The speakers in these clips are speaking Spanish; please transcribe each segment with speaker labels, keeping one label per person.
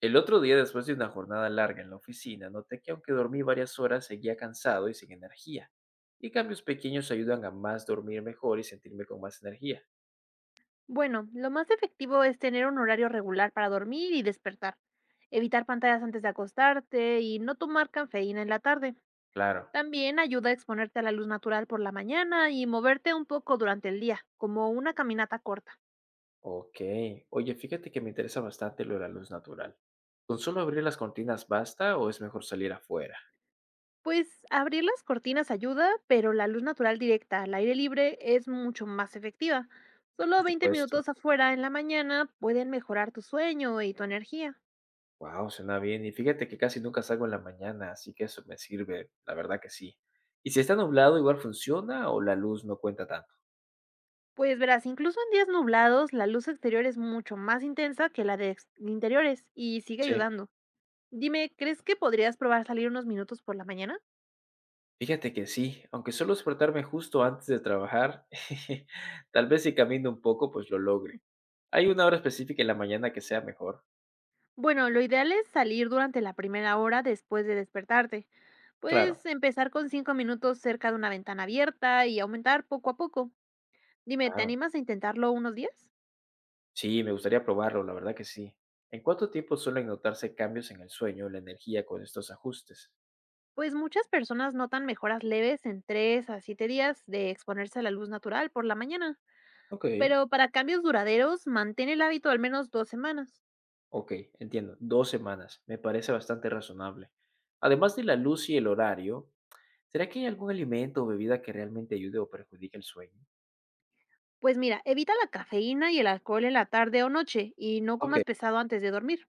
Speaker 1: El otro día, después de una jornada larga en la oficina, noté que aunque dormí varias horas, seguía cansado y sin energía. Y cambios pequeños ayudan a más dormir mejor y sentirme con más energía.
Speaker 2: Bueno, lo más efectivo es tener un horario regular para dormir y despertar, evitar pantallas antes de acostarte y no tomar cafeína en la tarde.
Speaker 1: Claro.
Speaker 2: También ayuda a exponerte a la luz natural por la mañana y moverte un poco durante el día, como una caminata corta.
Speaker 1: Ok. Oye, fíjate que me interesa bastante lo de la luz natural. ¿Con solo abrir las cortinas basta o es mejor salir afuera?
Speaker 2: Pues abrir las cortinas ayuda, pero la luz natural directa al aire libre es mucho más efectiva. Solo
Speaker 1: Por
Speaker 2: 20
Speaker 1: supuesto.
Speaker 2: minutos afuera en la mañana pueden mejorar tu sueño y tu energía.
Speaker 1: Wow, suena bien. Y fíjate que casi nunca salgo en la mañana, así que eso me sirve. La verdad que sí. ¿Y si está nublado, igual funciona o la luz no cuenta tanto?
Speaker 2: Pues verás, incluso en días nublados, la luz exterior es mucho más intensa que la de interiores y sigue
Speaker 1: Sí.
Speaker 2: ayudando. Dime, ¿crees que podrías probar salir unos minutos por la mañana?
Speaker 1: Fíjate que sí, aunque suelo despertarme justo antes de trabajar, tal vez si camino un poco, pues lo logre. ¿Hay una hora específica en la mañana que sea mejor?
Speaker 2: Bueno, lo ideal es salir durante la primera hora después de despertarte.
Speaker 1: Claro.
Speaker 2: Puedes empezar con 5 minutos cerca de una ventana abierta y aumentar poco a poco. Dime, ¿te
Speaker 1: Claro.
Speaker 2: animas a intentarlo unos días?
Speaker 1: Sí, me gustaría probarlo, la verdad que sí. ¿En cuánto tiempo suelen notarse cambios en el sueño, o la energía con estos ajustes?
Speaker 2: Pues muchas personas notan mejoras leves en 3 a 7 días de exponerse a la luz natural por la mañana.
Speaker 1: Ok.
Speaker 2: Pero para cambios duraderos, mantén el hábito al menos 2 semanas.
Speaker 1: Ok, entiendo. 2 semanas, me parece bastante razonable. Además de la luz y el horario, ¿será que hay algún alimento o bebida que realmente ayude o perjudique el sueño?
Speaker 2: Pues mira, evita la cafeína y el alcohol en la tarde o noche y no
Speaker 1: Ok.
Speaker 2: comas pesado antes de dormir.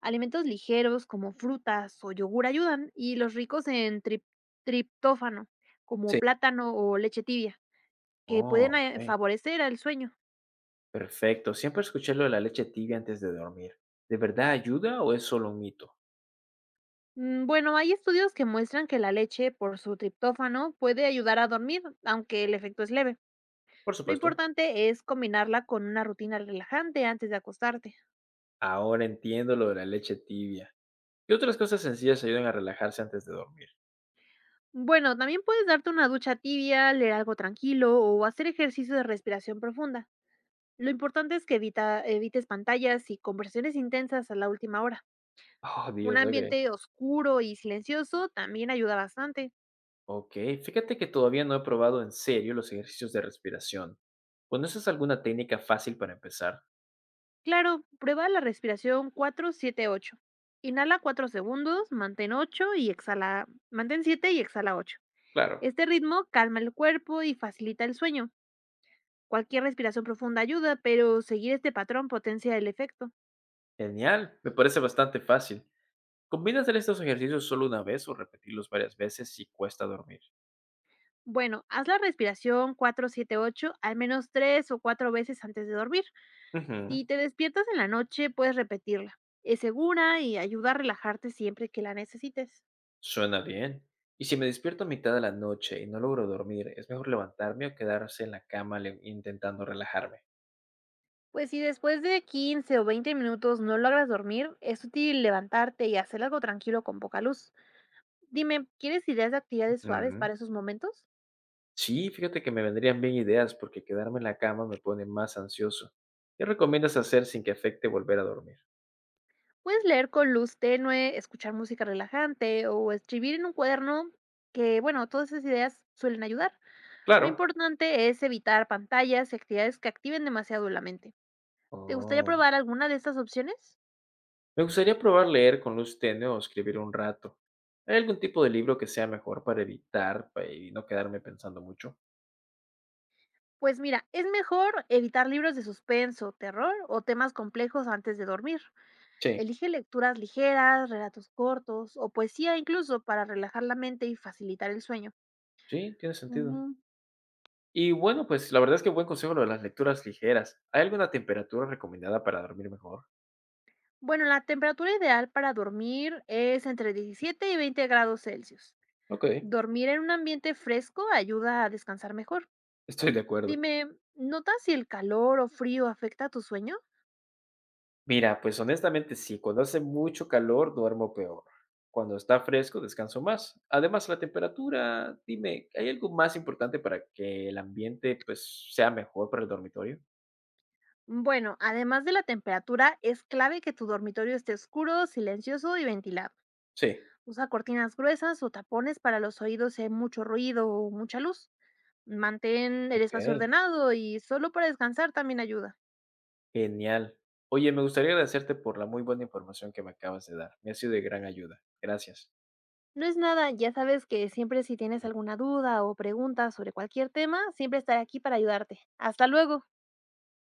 Speaker 2: Alimentos ligeros como frutas o yogur ayudan y los ricos en triptófano, como
Speaker 1: Sí.
Speaker 2: plátano o leche tibia, que pueden
Speaker 1: Oh, ok.
Speaker 2: favorecer al sueño.
Speaker 1: Perfecto. Siempre escuché lo de la leche tibia antes de dormir. ¿De verdad ayuda o es solo un mito?
Speaker 2: Mm, bueno, hay estudios que muestran que la leche por su triptófano puede ayudar a dormir, aunque el efecto es leve.
Speaker 1: Por
Speaker 2: Lo
Speaker 1: supuesto.
Speaker 2: importante es combinarla con una rutina relajante antes de acostarte.
Speaker 1: Ahora entiendo lo de la leche tibia. ¿Qué otras cosas sencillas ayudan a relajarse antes de dormir?
Speaker 2: Bueno, también puedes darte una ducha tibia, leer algo tranquilo o hacer ejercicio de respiración profunda. Lo importante es que evites pantallas y conversaciones intensas a la última hora.
Speaker 1: Oh,
Speaker 2: Un
Speaker 1: Dios, ok.
Speaker 2: ambiente oscuro y silencioso también ayuda bastante.
Speaker 1: Ok, fíjate que todavía no he probado en serio los ejercicios de respiración. ¿Conoces alguna técnica fácil para empezar?
Speaker 2: Claro, prueba la respiración 4-7-8. Inhala 4 segundos, mantén 8 y exhala, mantén 7 y exhala 8.
Speaker 1: Claro.
Speaker 2: Este ritmo calma el cuerpo y facilita el sueño. Cualquier respiración profunda ayuda, pero seguir este patrón potencia el efecto.
Speaker 1: Genial, me parece bastante fácil. ¿Combinas hacer estos ejercicios solo una vez o repetirlos varias veces si cuesta dormir?
Speaker 2: Bueno, haz la respiración 4-7-8 al menos 3 o 4 veces antes de dormir.
Speaker 1: Ujú.
Speaker 2: Si te despiertas en la noche, puedes repetirla. Es segura y ayuda a relajarte siempre que la necesites.
Speaker 1: Suena bien. ¿Y si me despierto a mitad de la noche y no logro dormir, es mejor levantarme o quedarse en la cama intentando relajarme?
Speaker 2: Pues si después de 15 o 20 minutos no logras dormir, es útil levantarte y hacer algo tranquilo con poca luz. Dime, ¿quieres ideas de actividades suaves
Speaker 1: Ujú.
Speaker 2: para esos momentos?
Speaker 1: Sí, fíjate que me vendrían bien ideas porque quedarme en la cama me pone más ansioso. ¿Qué recomiendas hacer sin que afecte volver a dormir?
Speaker 2: Puedes leer con luz tenue, escuchar música relajante o escribir en un cuaderno que, bueno, todas esas ideas suelen ayudar. Lo
Speaker 1: Claro.
Speaker 2: importante es evitar pantallas y actividades que activen demasiado la mente. ¿Te gustaría
Speaker 1: Oh.
Speaker 2: probar alguna de estas opciones?
Speaker 1: Me gustaría probar leer con luz tenue o escribir un rato. ¿Hay algún tipo de libro que sea mejor para evitar y no quedarme pensando mucho?
Speaker 2: Pues mira, es mejor evitar libros de suspenso, terror o temas complejos antes de dormir.
Speaker 1: Sí.
Speaker 2: Elige lecturas ligeras, relatos cortos o poesía incluso para relajar la mente y facilitar el sueño.
Speaker 1: Sí, tiene sentido.
Speaker 2: Ujú.
Speaker 1: Y bueno, pues la verdad es que buen consejo lo de las lecturas ligeras. ¿Hay alguna temperatura recomendada para dormir mejor?
Speaker 2: Bueno, la temperatura ideal para dormir es entre 17 y 20 grados Celsius.
Speaker 1: Ok,
Speaker 2: Dormir en un ambiente fresco ayuda a descansar mejor.
Speaker 1: estoy de acuerdo.
Speaker 2: Dime, ¿notas si el calor o frío afecta tu sueño?
Speaker 1: Mira, pues honestamente sí, cuando hace mucho calor duermo peor. Cuando está fresco descanso más. Además, la temperatura, dime, ¿hay algo más importante para que el ambiente pues sea mejor para el dormitorio?
Speaker 2: Bueno, además de la temperatura, es clave que tu dormitorio esté oscuro, silencioso y ventilado.
Speaker 1: Sí.
Speaker 2: Usa cortinas gruesas o tapones para los oídos si hay mucho ruido o mucha luz. Mantén el
Speaker 1: Ok,
Speaker 2: espacio ordenado y solo para descansar también ayuda.
Speaker 1: genial. Oye, me gustaría agradecerte por la muy buena información que me acabas de dar. Me ha sido de gran ayuda. Gracias.
Speaker 2: No es nada, ya sabes que siempre si tienes alguna duda o pregunta sobre cualquier tema, siempre estaré aquí para ayudarte. Hasta luego.